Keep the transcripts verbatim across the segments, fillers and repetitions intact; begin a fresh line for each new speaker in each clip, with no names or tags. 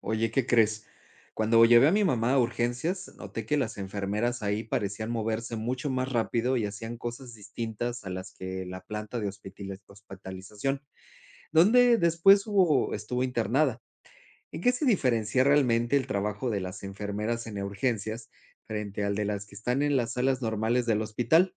Oye, ¿qué crees? Cuando llevé a mi mamá a urgencias, noté que las enfermeras ahí parecían moverse mucho más rápido y hacían cosas distintas a las que la planta de hospitali- hospitalización, donde después hubo, estuvo internada. ¿En qué se diferencia realmente el trabajo de las enfermeras en urgencias frente al de las que están en las salas normales del hospital?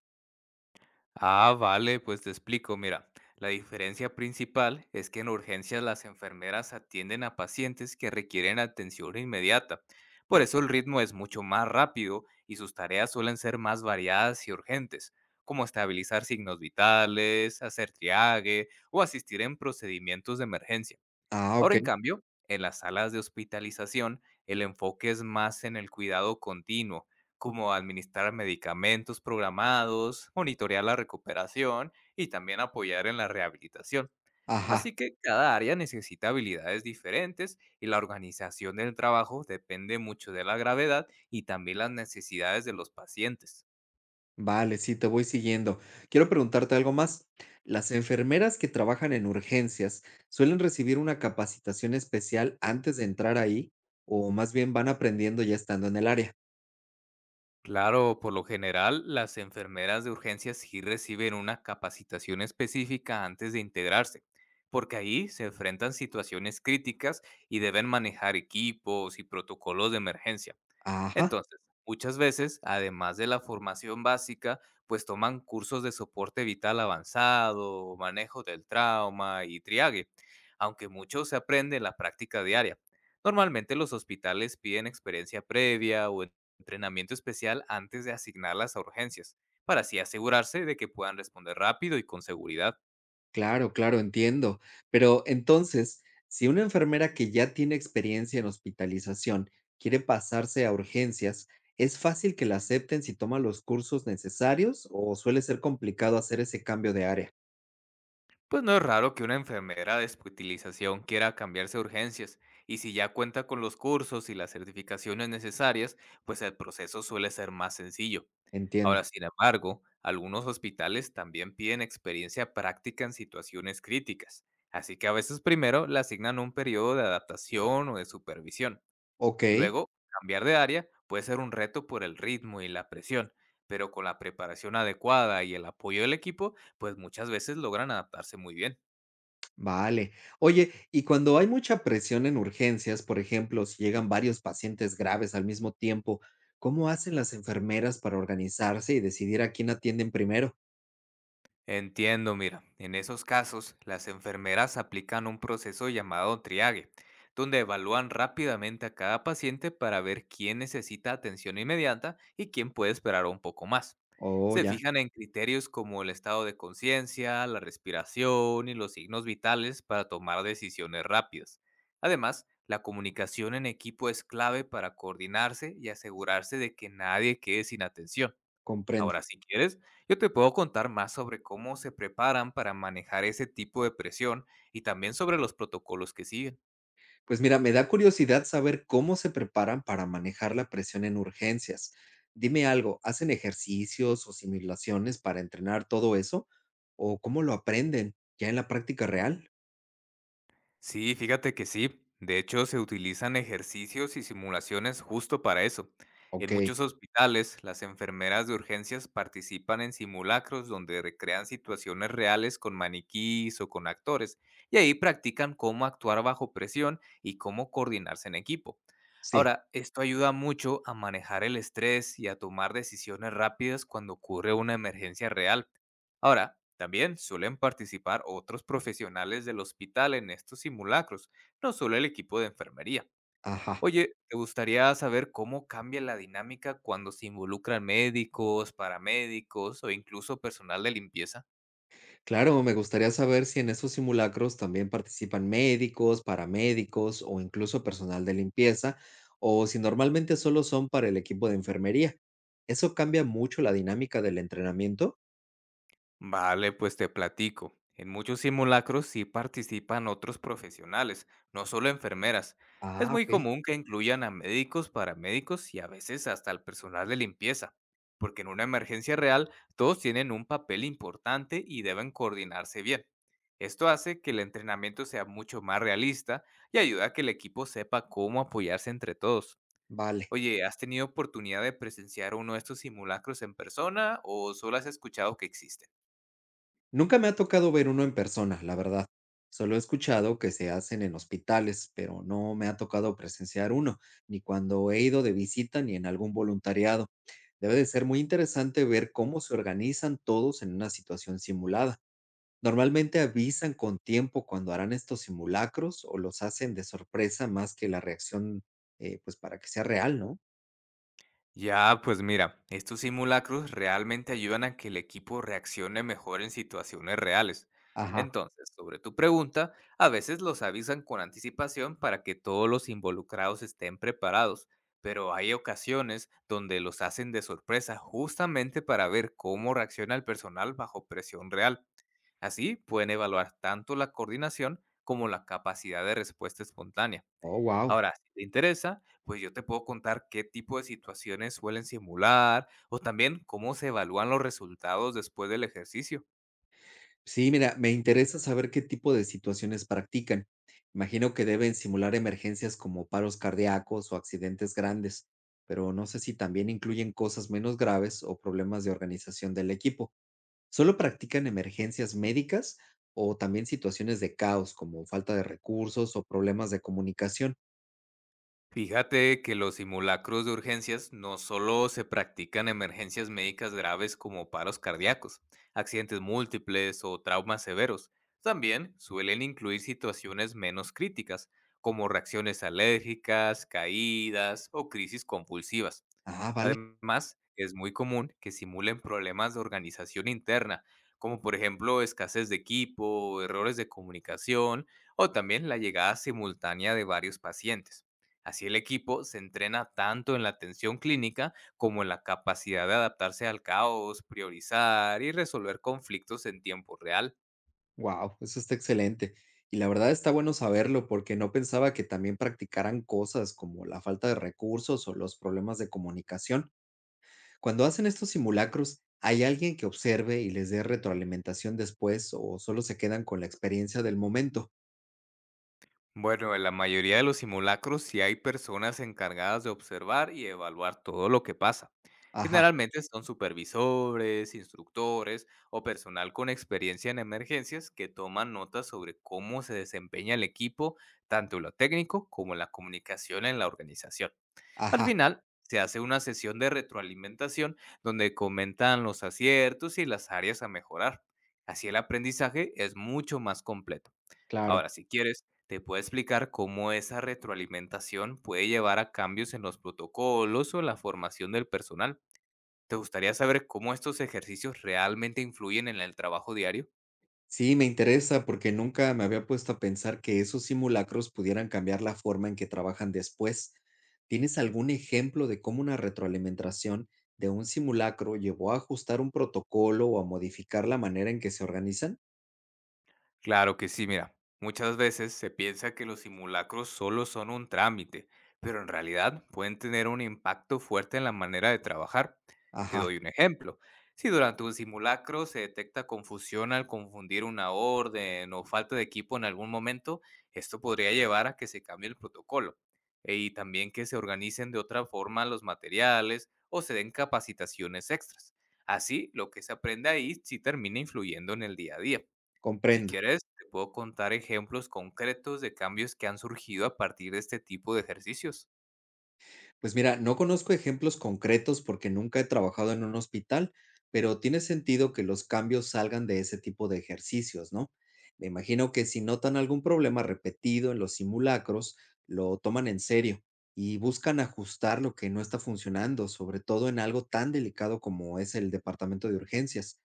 Ah, vale, pues te explico, mira, la diferencia principal es que en urgencias las enfermeras atienden a pacientes que requieren atención inmediata. Por eso el ritmo es mucho más rápido y sus tareas suelen ser más variadas y urgentes, como estabilizar signos vitales, hacer triague o asistir en procedimientos de emergencia.
Ah,
Ahora,
ok.
en cambio, en las salas de hospitalización, el enfoque es más en el cuidado continuo, como administrar medicamentos programados, monitorear la recuperación y también apoyar en la rehabilitación.
Ajá.
Así que cada área necesita habilidades diferentes y la organización del trabajo depende mucho de la gravedad y también las necesidades de los pacientes.
Vale, sí, te voy siguiendo. Quiero preguntarte algo más. ¿Las enfermeras que trabajan en urgencias suelen recibir una capacitación especial antes de entrar ahí o más bien van aprendiendo ya estando en el área?
Claro, por lo general, las enfermeras de urgencias sí reciben una capacitación específica antes de integrarse, porque ahí se enfrentan situaciones críticas y deben manejar equipos y protocolos de emergencia.
Ajá,
Entonces, muchas veces, además de la formación básica, pues toman cursos de soporte vital avanzado, manejo del trauma y triague, aunque mucho se aprende en la práctica diaria. Normalmente los hospitales piden experiencia previa o en- entrenamiento especial antes de asignarlas a urgencias, para así asegurarse de que puedan responder rápido y con seguridad.
claro, claro, entiendo. Pero entonces, si una enfermera que ya tiene experiencia en hospitalización quiere pasarse a urgencias, ¿es fácil que la acepten si toma los cursos necesarios o suele ser complicado hacer ese cambio de área?
Pues no es raro que una enfermera de especialización quiera cambiarse a urgencias, y si ya cuenta con los cursos y las certificaciones necesarias, pues el proceso suele ser más sencillo.
Entiendo.
Ahora, sin embargo, algunos hospitales también piden experiencia práctica en situaciones críticas, así que a veces primero le asignan un periodo de adaptación o de supervisión.
Ok.
Luego, cambiar de área puede ser un reto por el ritmo y la presión, pero con la preparación adecuada y el apoyo del equipo, pues muchas veces logran adaptarse muy bien.
Vale. Oye, y cuando hay mucha presión en urgencias, por ejemplo, si llegan varios pacientes graves al mismo tiempo, ¿cómo hacen las enfermeras para organizarse y decidir a quién atienden primero?
Entiendo, mira, en esos casos las enfermeras aplican un proceso llamado triague, donde evalúan rápidamente a cada paciente para ver quién necesita atención inmediata y quién puede esperar un poco más.
Oh,
Se
ya,
fijan en criterios como el estado de conciencia, la respiración y los signos vitales para tomar decisiones rápidas. Además, la comunicación en equipo es clave para coordinarse y asegurarse de que nadie quede sin atención.
comprendo.
Ahora, si quieres, yo te puedo contar más sobre cómo se preparan para manejar ese tipo de presión y también sobre los protocolos que siguen.
Pues mira, me da curiosidad saber cómo se preparan para manejar la presión en urgencias. Dime algo, ¿hacen ejercicios o simulaciones para entrenar todo eso? ¿O cómo lo aprenden? ¿Ya en la práctica real?
Sí, fíjate que sí. De hecho, se utilizan ejercicios y simulaciones justo para eso. En
Ok,
muchos hospitales, las enfermeras de urgencias participan en simulacros donde recrean situaciones reales con maniquís o con actores, y ahí practican cómo actuar bajo presión y cómo coordinarse en equipo.
sí,
Ahora, esto ayuda mucho a manejar el estrés y a tomar decisiones rápidas cuando ocurre una emergencia real. Ahora, también suelen participar otros profesionales del hospital en estos simulacros, no solo el equipo de enfermería.
ajá.
Oye, ¿te gustaría saber cómo cambia la dinámica cuando se involucran médicos, paramédicos o incluso personal de limpieza?
Claro, me gustaría saber si en esos simulacros también participan médicos, paramédicos o incluso personal de limpieza, o si normalmente solo son para el equipo de enfermería. ¿Eso cambia mucho la dinámica del entrenamiento?
Vale, pues te platico. En muchos simulacros sí participan otros profesionales, no solo enfermeras. Es
Ah,
muy
ok,
común que incluyan a médicos, paramédicos y a veces hasta al personal de limpieza, porque en una emergencia real todos tienen un papel importante y deben coordinarse bien. Esto hace que el entrenamiento sea mucho más realista y ayuda a que el equipo sepa cómo apoyarse entre todos.
vale.
Oye, ¿has tenido oportunidad de presenciar uno de estos simulacros en persona o solo has escuchado que existen?
Nunca me ha tocado ver uno en persona, la verdad. Solo he escuchado que se hacen en hospitales, pero no me ha tocado presenciar uno, ni cuando he ido de visita ni en algún voluntariado. Debe de ser muy interesante ver cómo se organizan todos en una situación simulada. Normalmente avisan con tiempo cuando harán estos simulacros o los hacen de sorpresa más que la reacción, eh, pues para que sea real, ¿no?
Ya, pues mira, estos simulacros realmente ayudan a que el equipo reaccione mejor en situaciones reales.
Ajá.
Entonces, sobre tu pregunta, a veces los avisan con anticipación para que todos los involucrados estén preparados, pero hay ocasiones donde los hacen de sorpresa justamente para ver cómo reacciona el personal bajo presión real. Así pueden evaluar tanto la coordinación como la capacidad de respuesta espontánea.
Oh, wow.
Ahora, si te interesa, pues yo te puedo contar qué tipo de situaciones suelen simular o también cómo se evalúan los resultados después del ejercicio.
Sí, mira, me interesa saber qué tipo de situaciones practican. Imagino que deben simular emergencias como paros cardíacos o accidentes grandes, pero no sé si también incluyen cosas menos graves o problemas de organización del equipo. ¿Solo practican emergencias médicas o también situaciones de caos como falta de recursos o problemas de comunicación?
Fíjate que los simulacros de urgencias no solo se practican en emergencias médicas graves como paros cardíacos, accidentes múltiples o traumas severos. También suelen incluir situaciones menos críticas, como reacciones alérgicas, caídas o crisis convulsivas.
Ah, vale.
Además, es muy común que simulen problemas de organización interna, como por ejemplo escasez de equipo, errores de comunicación o también la llegada simultánea de varios pacientes. Así el equipo se entrena tanto en la atención clínica como en la capacidad de adaptarse al caos, priorizar y resolver conflictos en tiempo real.
Wow, eso está excelente. Y la verdad está bueno saberlo porque no pensaba que también practicaran cosas como la falta de recursos o los problemas de comunicación. Cuando hacen estos simulacros, ¿hay alguien que observe y les dé retroalimentación después o solo se quedan con la experiencia del momento?
Bueno, en la mayoría de los simulacros sí hay personas encargadas de observar y evaluar todo lo que pasa.
Ajá,
Generalmente son supervisores, instructores o personal con experiencia en emergencias que toman notas sobre cómo se desempeña el equipo, tanto en lo técnico como en la comunicación en la organización. Al
ajá,
final, se hace una sesión de retroalimentación donde comentan los aciertos y las áreas a mejorar. Así el aprendizaje es mucho más completo.
claro.
Ahora, si quieres, te puedo explicar cómo esa retroalimentación puede llevar a cambios en los protocolos o la formación del personal. ¿Te gustaría saber cómo estos ejercicios realmente influyen en el trabajo diario?
Sí, me interesa porque nunca me había puesto a pensar que esos simulacros pudieran cambiar la forma en que trabajan después. ¿Tienes algún ejemplo de cómo una retroalimentación de un simulacro llevó a ajustar un protocolo o a modificar la manera en que se organizan?
Claro que sí, mira, muchas veces se piensa que los simulacros solo son un trámite, pero en realidad pueden tener un impacto fuerte en la manera de trabajar. Te
Ajá,
doy un ejemplo. Si durante un simulacro se detecta confusión al confundir una orden o falta de equipo en algún momento, esto podría llevar a que se cambie el protocolo e- y también que se organicen de otra forma los materiales o se den capacitaciones extras. Así, lo que se aprende ahí sí termina influyendo en el día a día. Si
comprendo.
quieres, te puedo contar ejemplos concretos de cambios que han surgido a partir de este tipo de ejercicios.
Pues mira, no conozco ejemplos concretos porque nunca he trabajado en un hospital, pero tiene sentido que los cambios salgan de ese tipo de ejercicios, ¿no? Me imagino que si notan algún problema repetido en los simulacros, lo toman en serio y buscan ajustar lo que no está funcionando, sobre todo en algo tan delicado como es el departamento de urgencias.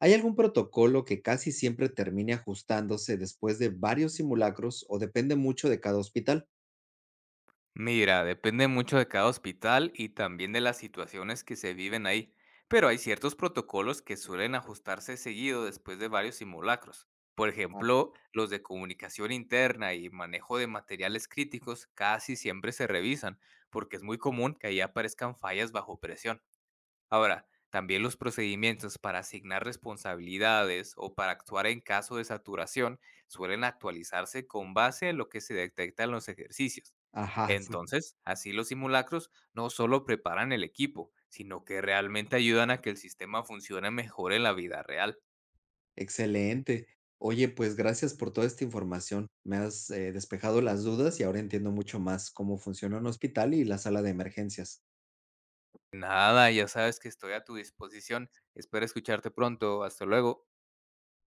¿Hay algún protocolo que casi siempre termine ajustándose después de varios simulacros o depende mucho de cada hospital?
Mira, depende mucho de cada hospital y también de las situaciones que se viven ahí, pero hay ciertos protocolos que suelen ajustarse seguido después de varios simulacros. Por
Vale.
ejemplo, los de comunicación interna y manejo de materiales críticos casi siempre se revisan, porque es muy común que ahí aparezcan fallas bajo presión. Ahora, también los procedimientos para asignar responsabilidades o para actuar en caso de saturación suelen actualizarse con base en lo que se detecta en los ejercicios.
Ajá, sí.
Entonces, así los simulacros no solo preparan el equipo, sino que realmente ayudan a que el sistema funcione mejor en la vida real.
Excelente. Oye, pues gracias por toda esta información. Me has eh, despejado las dudas y ahora entiendo mucho más cómo funciona un hospital y la sala de emergencias.
Nada, ya sabes que estoy a tu disposición. Espero escucharte pronto. Hasta luego.